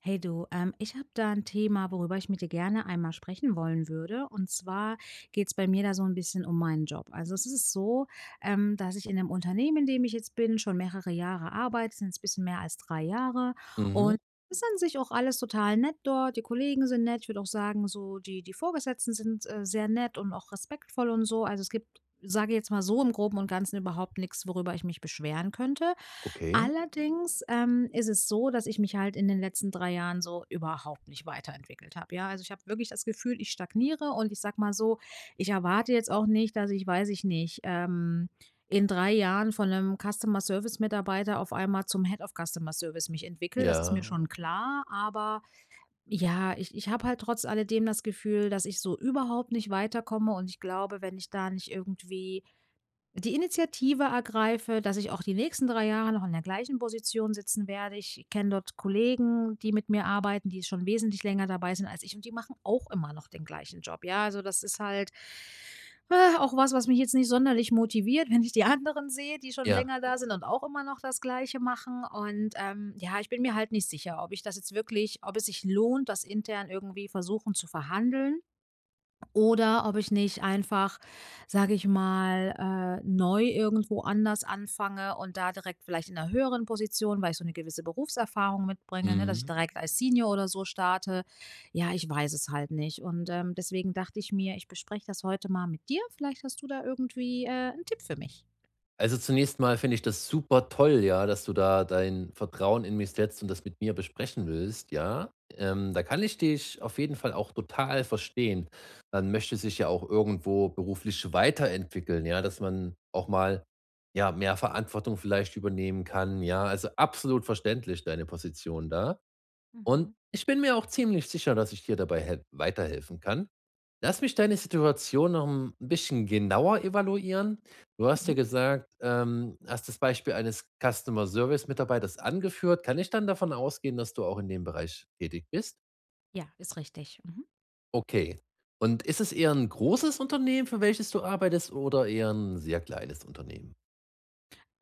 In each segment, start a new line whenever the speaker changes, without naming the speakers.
Hey du, ich habe da ein Thema, worüber ich mit dir gerne einmal sprechen wollen würde. Und zwar geht's bei mir da so ein bisschen um meinen Job. Also, es ist so, dass ich in dem Unternehmen, in dem ich jetzt bin, schon mehrere Jahre arbeite. Sind's bisschen mehr als 3 Jahre. Und
Mhm,
es ist an sich auch alles total nett dort. Die Kollegen sind nett. Ich würde auch sagen, so die Vorgesetzten sind, sehr nett und auch respektvoll und so. Also, es gibt, sage ich jetzt mal, so im Groben und Ganzen überhaupt nichts, worüber ich mich beschweren könnte.
okay,
Allerdings, ist es so, dass ich mich halt in den letzten 3 Jahren so überhaupt nicht weiterentwickelt habe, ja? Also, ich habe wirklich das Gefühl, ich stagniere, und ich sage mal so, ich erwarte jetzt auch nicht, dass ich, weiß ich nicht, in 3 Jahren von einem Customer Service Mitarbeiter auf einmal zum Head of Customer Service mich entwickle. Das ist mir
ja,
schon klar, aber ja, ich habe halt trotz alledem das Gefühl, dass ich so überhaupt nicht weiterkomme, und ich glaube, wenn ich da nicht irgendwie die Initiative ergreife, dass ich auch die nächsten 3 Jahre noch in der gleichen Position sitzen werde. Ich kenne dort Kollegen, die mit mir arbeiten, die schon wesentlich länger dabei sind als ich, und die machen auch immer noch den gleichen Job. Ja, also das ist halt, auch was, was mich jetzt nicht sonderlich motiviert, wenn ich die anderen sehe, die schon
ja,
länger da sind und auch immer noch das Gleiche machen. Und ja, ich bin mir halt nicht sicher, ob ich das jetzt wirklich, ob es sich lohnt, das intern irgendwie versuchen zu verhandeln, oder ob ich nicht einfach, sage ich mal, neu irgendwo anders anfange und da direkt vielleicht in einer höheren Position, weil ich so eine gewisse Berufserfahrung mitbringe, ne, dass ich
mhm.
direkt als Senior oder so starte. Ja, ich weiß es halt nicht. Und, deswegen dachte ich mir, ich bespreche das heute mal mit dir. Vielleicht hast du da irgendwie, 'n Tipp für mich.
Also, zunächst mal finde ich das super toll, ja, dass du da dein Vertrauen in mich setzt und das mit mir besprechen willst, ja. Da kann ich dich auf jeden Fall auch total verstehen. Man möchte sich ja auch irgendwo beruflich weiterentwickeln, ja, dass man auch mal, ja, mehr Verantwortung vielleicht übernehmen kann, ja. Also, absolut verständlich deine Position da. Und
Mhm.
ich bin mir auch ziemlich sicher, dass ich dir dabei hel weiterhelfen kann. Lass mich deine Situation noch ein bisschen genauer evaluieren. Du hast ja
Mhm.
gesagt, hast das Beispiel eines Customer Service Mitarbeiters angeführt. Kann ich dann davon ausgehen, dass du auch in dem Bereich tätig bist?
Ja, ist richtig. Mhm.
Okay. Und ist es eher ein großes Unternehmen, für welches du arbeitest, oder eher ein sehr kleines Unternehmen?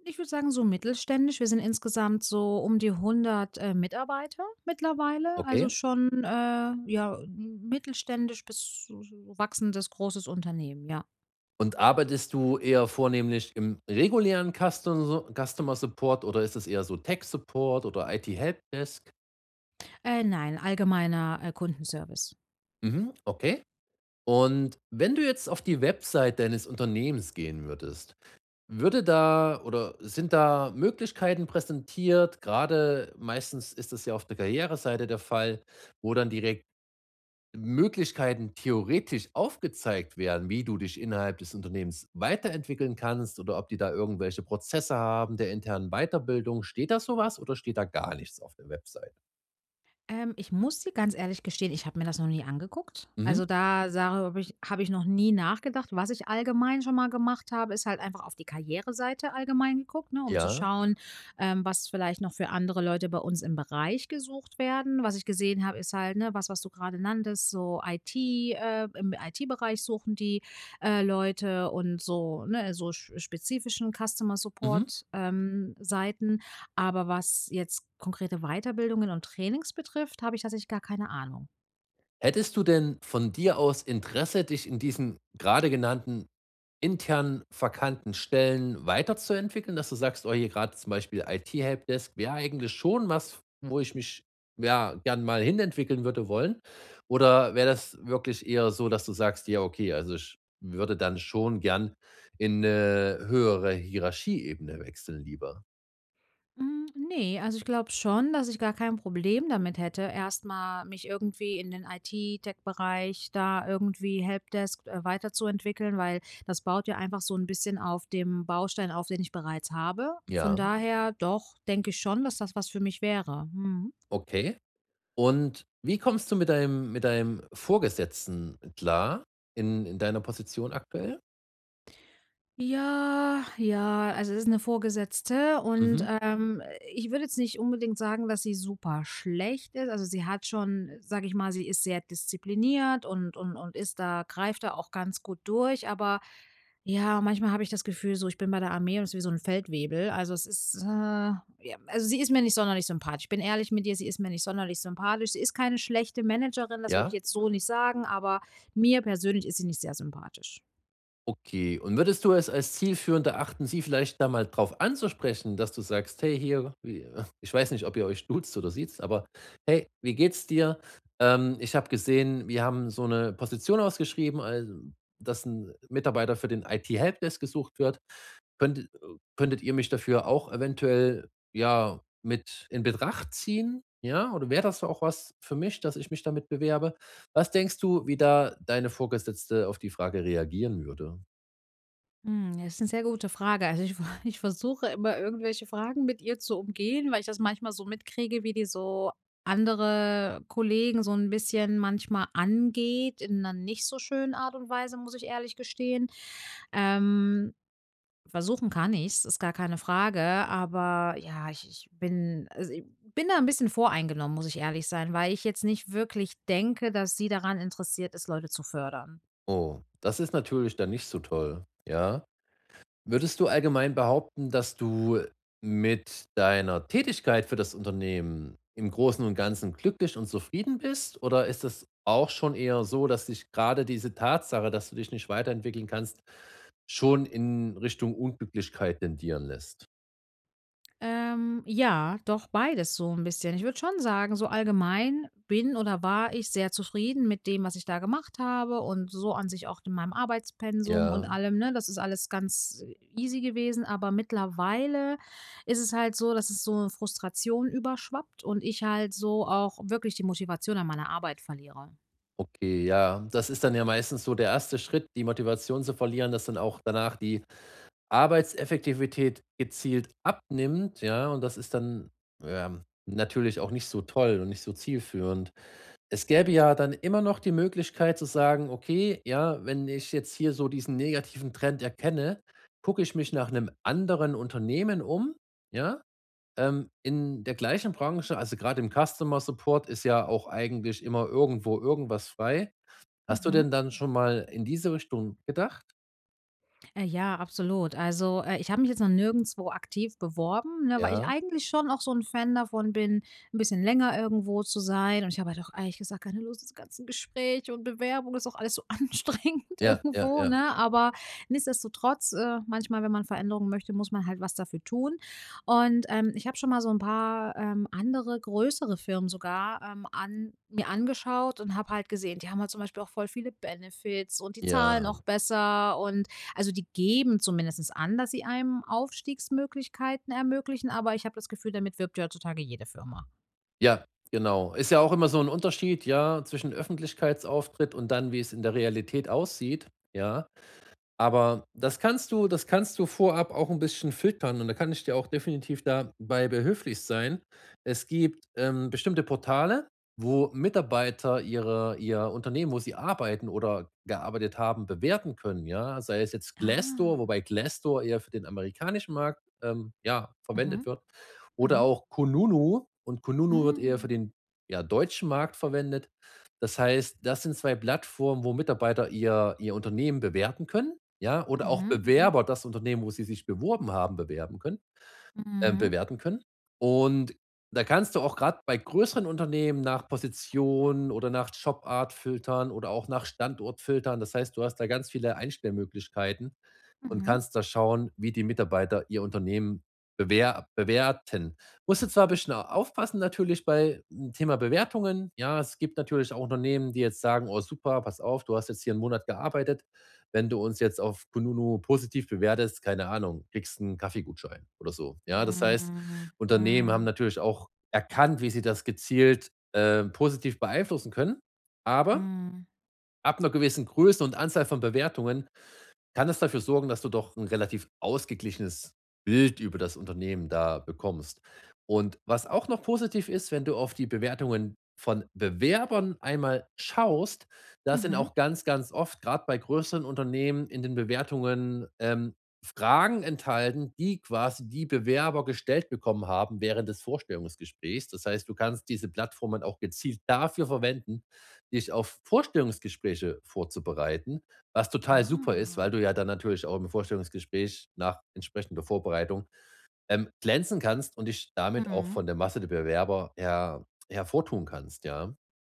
Ich würde sagen, so mittelständisch. Wir sind insgesamt so um die 100 Mitarbeiter mittlerweile, also
Okay.
schon, ja, mittelständisch bis so so wachsendes großes Unternehmen, ja.
Und arbeitest du eher vornehmlich im regulären Customer Support oder ist es eher so Tech Support oder IT Helpdesk?
Nein, allgemeiner, Kundenservice.
Mhm, okay. Und wenn du jetzt auf die Website deines Unternehmens gehen würdest, würde da oder sind da Möglichkeiten präsentiert? Gerade meistens ist das ja auf der Karriereseite der Fall, wo dann direkt Möglichkeiten theoretisch aufgezeigt werden, wie du dich innerhalb des Unternehmens weiterentwickeln kannst oder ob die da irgendwelche Prozesse haben der internen Weiterbildung. Steht da sowas oder steht da gar nichts auf der Website?
Ich muss dir ganz ehrlich gestehen, ich habe mir das noch nie angeguckt. Also
Mhm.
da Sache habe ich noch nie nachgedacht. Was ich allgemein schon mal gemacht habe, ist halt einfach auf die Karriereseite allgemein geguckt, ne, um zu
Ja.
schauen, was vielleicht noch für andere Leute bei uns im Bereich gesucht werden. Was ich gesehen habe, ist halt, ne, was, was du gerade nanntest, so IT, im IT-Bereich suchen die Leute und so, ne, so spezifischen Customer
Mhm.
Support, Seiten. Aber was jetzt konkrete Weiterbildungen und Trainings betrifft, habe ich tatsächlich gar keine Ahnung.
Hättest du denn von dir aus Interesse, dich in diesen gerade genannten intern verkannten Stellen weiterzuentwickeln, dass du sagst: „Oh, hier gerade zum Beispiel IT-Helpdesk wäre eigentlich schon was, wo ich mich, ja, gern mal hinentwickeln würde wollen?“ Oder wäre das wirklich eher so, dass du sagst: „Ja, okay, also ich würde dann schon gern in eine höhere Hierarchieebene wechseln lieber?“
Hm, ne, also ich glaube schon, dass ich gar kein Problem damit hätte, erstmal mich irgendwie in den IT-Tech-Bereich, da irgendwie Helpdesk, weiterzuentwickeln, weil das baut ja einfach so ein bisschen auf dem Baustein auf, den ich bereits habe. Von
Ja,
daher doch, denke ich schon, dass das was für mich wäre. Mhm.
okay. Und wie kommst du mit deinem Vorgesetzten klar in deiner Position aktuell?
Ja, ja, also es ist eine Vorgesetzte, und,
Mhm,
ich würde jetzt nicht unbedingt sagen, dass sie super schlecht ist. Also, sie hat schon, sage ich mal, sie ist sehr diszipliniert und und ist da, greift da auch ganz gut durch, aber ja, manchmal habe ich das Gefühl so, ich bin bei der Armee und es ist wie so ein Feldwebel. Also, es ist, äh, ja, also sie ist mir nicht sonderlich sympathisch. Ich bin ehrlich mit dir, sie ist mir nicht sonderlich sympathisch. Sie ist keine schlechte Managerin, das würde ich
ja.
jetzt so nicht sagen, aber mir persönlich ist sie nicht sehr sympathisch.
Okay, und würdest du es als zielführend erachten, sie vielleicht da mal drauf anzusprechen, dass du sagst: „Hey, hier, wie“, ich weiß nicht, ob ihr euch duzt oder siezt, aber: „Hey, wie geht's dir? Ich habe gesehen, wir haben so eine Position ausgeschrieben, al dass ein Mitarbeiter für den IT-Helpdesk gesucht wird. Könntet Könntet ihr mich dafür auch eventuell, ja, mit in Betracht ziehen? Ja, oder wäre das auch was für mich, dass ich mich damit bewerbe?“ Was denkst du, wie da deine Vorgesetzte auf die Frage reagieren würde?
Hm, das ist eine sehr gute Frage. Also, ich ich versuche immer, irgendwelche Fragen mit ihr zu umgehen, weil ich das manchmal so mitkriege, wie die so andere Kollegen so ein bisschen manchmal angeht, in einer nicht so schönen Art und Weise, muss ich ehrlich gestehen. Ähm, versuchen kann ich es, ist gar keine Frage, aber ja, ich bin, also, ich bin da ein bisschen voreingenommen, muss ich ehrlich sein, weil ich jetzt nicht wirklich denke, dass sie daran interessiert ist, Leute zu fördern.
Oh, das ist natürlich dann nicht so toll, ja. Würdest du allgemein behaupten, dass du mit deiner Tätigkeit für das Unternehmen im Großen und Ganzen glücklich und zufrieden bist? Oder ist es auch schon eher so, dass dich gerade diese Tatsache, dass du dich nicht weiterentwickeln kannst, schon in Richtung Unglücklichkeit tendieren lässt?
Ja, doch beides so ein bisschen. Ich würde schon sagen, so allgemein bin oder war ich sehr zufrieden mit dem, was ich da gemacht habe und so an sich auch in meinem Arbeitspensum und
Ja,
allem, ne? Das ist alles ganz easy gewesen, aber mittlerweile ist es halt so, dass es so 'ne Frustration überschwappt und ich halt so auch wirklich die Motivation an meiner Arbeit verliere.
okay, ja. Das ist dann ja meistens so der erste Schritt, die Motivation zu verlieren, dass dann auch danach die Arbeitseffektivität gezielt abnimmt, ja, und das ist dann, ja, natürlich auch nicht so toll und nicht so zielführend. Es gäbe ja dann immer noch die Möglichkeit zu sagen: „Okay, ja, wenn ich jetzt hier so diesen negativen Trend erkenne, gucke ich mich nach einem anderen Unternehmen um“, ja, in der gleichen Branche. Also, gerade im Customer Support ist ja auch eigentlich immer irgendwo irgendwas frei. Hast du
Mhm.
denn dann schon mal in diese Richtung gedacht?
Ja, absolut. Also, ich habe mich jetzt noch nirgendswo aktiv beworben, ne, weil ich
Ja,
eigentlich schon auch so ein Fan davon bin, ein bisschen länger irgendwo zu sein, und ich habe halt auch ehrlich gesagt keine Lust, diese ganzen Gespräche und Bewerbungen, ist auch alles so anstrengend
ja, ja,
irgendwo,
ja,
ne? Aber nichtsdestotrotz, manchmal, wenn man Veränderungen möchte, muss man halt was dafür tun. Und, ich habe schon mal so ein paar, andere größere Firmen sogar, an mir angeschaut und habe halt gesehen, die haben halt zum Beispiel auch voll viele Benefits und die zahlen
ja.
auch besser, und also, die geben zumindestens an, dass sie einem Aufstiegsmöglichkeiten ermöglichen, aber ich habe das Gefühl, damit wirbt ja heutzutage jede Firma.
Ja, genau. Ist ja auch immer so ein Unterschied, ja, zwischen Öffentlichkeitsauftritt und dann, wie es in der Realität aussieht, ja? Aber das kannst du vorab auch ein bisschen filtern und da kann ich dir auch definitiv dabei behilflich sein. Es gibt, bestimmte Portale, wo Mitarbeiter ihr Unternehmen, wo sie arbeiten oder gearbeitet haben, bewerten können, ja? Sei es jetzt Glassdoor,
Ah,
wobei Glassdoor eher für den amerikanischen Markt, ja, verwendet
mhm,
wird oder
mhm,
auch Kununu, und Kununu wird eher für
mhm,
den, ja, deutschen Markt verwendet. Das heißt, das sind 2 Plattformen, wo Mitarbeiter ihr Unternehmen bewerten können, ja, oder auch
mhm, mhm,
Bewerber das Unternehmen, wo sie sich beworben haben, bewerben können,
mhm,
bewerten können. Und da kannst du auch gerade bei größeren Unternehmen nach Position oder nach Jobart filtern oder auch nach Standort filtern. Das heißt, du hast da ganz viele Einstellmöglichkeiten und
mhm,
kannst da schauen, wie die Mitarbeiter ihr Unternehmen bewerten. Musst du zwar ein bisschen aufpassen natürlich bei 'm Thema Bewertungen. Ja, es gibt natürlich auch Unternehmen, die jetzt sagen: „Oh super, pass auf, du hast jetzt hier einen Monat gearbeitet. Wenn du uns jetzt auf kununu positiv bewertest, keine Ahnung, kriegst einen Kaffeegutschein oder so.“ Ja, das heißt,
mhm,
Unternehmen haben
mhm,
natürlich auch erkannt, wie sie das gezielt, positiv beeinflussen können. Aber
mhm,
ab einer gewissen Größe und Anzahl von Bewertungen kann es dafür sorgen, dass du doch ein relativ ausgeglichenes Bild über das Unternehmen da bekommst. Und was auch noch positiv ist, wenn du auf die Bewertungen von Bewerbern einmal schaust, da sind
mhm,
auch ganz, ganz oft, gerade bei größeren Unternehmen, in den Bewertungen, Fragen enthalten, die quasi die Bewerber gestellt bekommen haben während des Vorstellungsgesprächs. Das heißt, du kannst diese Plattformen auch gezielt dafür verwenden, dich auf Vorstellungsgespräche vorzubereiten. Was total super ist, weil
ah,
du ja dann natürlich auch im Vorstellungsgespräch nach entsprechender Vorbereitung, glänzen kannst und dich damit auch
mhm.
von der Masse der Bewerber her hervortun kannst, ja.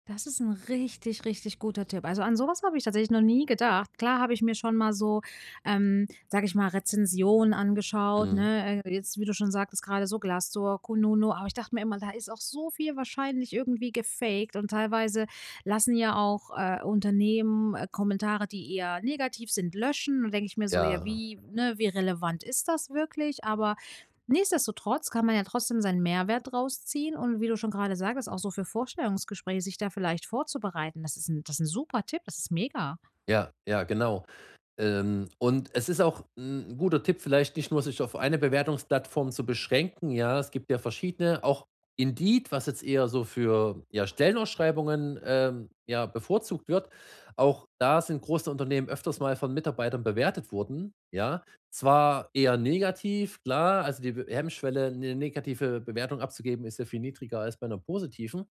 Das ist ein richtig, richtig guter Tipp. Also, an sowas habe ich tatsächlich noch nie gedacht. Klar habe ich mir schon mal so, sage ich mal, Rezensionen angeschaut,
Mhm.
ne? Jetzt, wie du schon sagtest, gerade so Glassdoor, Kununu, aber ich dachte mir immer, da ist auch so viel wahrscheinlich irgendwie gefaked und teilweise lassen ja auch, Unternehmen, Kommentare, die eher negativ sind, löschen. Und denke ich mir so: „Ja,
Ja,
wie, ne, wie relevant ist das wirklich?“ Aber nichtsdestotrotz kann man ja trotzdem seinen Mehrwert draus ziehen, und wie du schon gerade sagtest, auch so für Vorstellungsgespräche sich da vielleicht vorzubereiten. Das ist ein, das ist 'n super Tipp, das ist mega.
ja, ja, genau. Und es ist auch ein guter Tipp, vielleicht nicht nur sich auf eine Bewertungsplattform zu beschränken, ja? Es gibt ja verschiedene, auch Indeed, was jetzt eher so für, ja, Stellenausschreibungen, ja, bevorzugt wird. Auch da sind große Unternehmen öfters mal von Mitarbeitern bewertet worden, ja? Zwar eher negativ, klar, also die Be Hemmschwelle, eine negative Bewertung abzugeben, ist ja viel niedriger als bei einer positiven.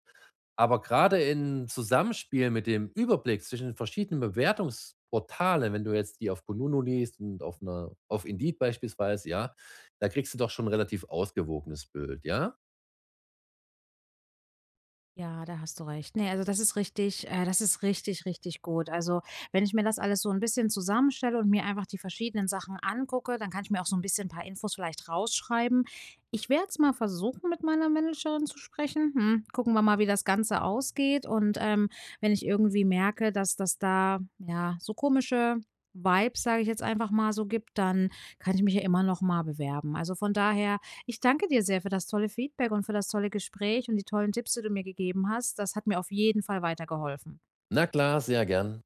Aber gerade in Zusammenspiel mit dem Überblick zwischen den verschiedenen Bewertungsportalen, wenn du jetzt die auf Kununu liest und auf Indeed beispielsweise, ja, da kriegst du doch schon 'n relativ ausgewogenes Bild, ja?
Ja, da hast du recht. Ne, also das ist richtig, das ist richtig, richtig gut. Also, wenn ich mir das alles so ein bisschen zusammenstelle und mir einfach die verschiedenen Sachen angucke, dann kann ich mir auch so ein bisschen ein paar Infos vielleicht rausschreiben. Ich werde es mal versuchen, mit meiner Managerin zu sprechen. Hm, gucken wir mal, wie das Ganze ausgeht. Und, wenn ich irgendwie merke, dass das da, ja, so komische Vibes, sage ich jetzt einfach mal so, gibt, dann kann ich mich ja immer noch mal bewerben. Also, von daher, ich danke dir sehr für das tolle Feedback und für das tolle Gespräch und die tollen Tipps, die du mir gegeben hast. Das hat mir auf jeden Fall weitergeholfen.
Na klar, sehr gern.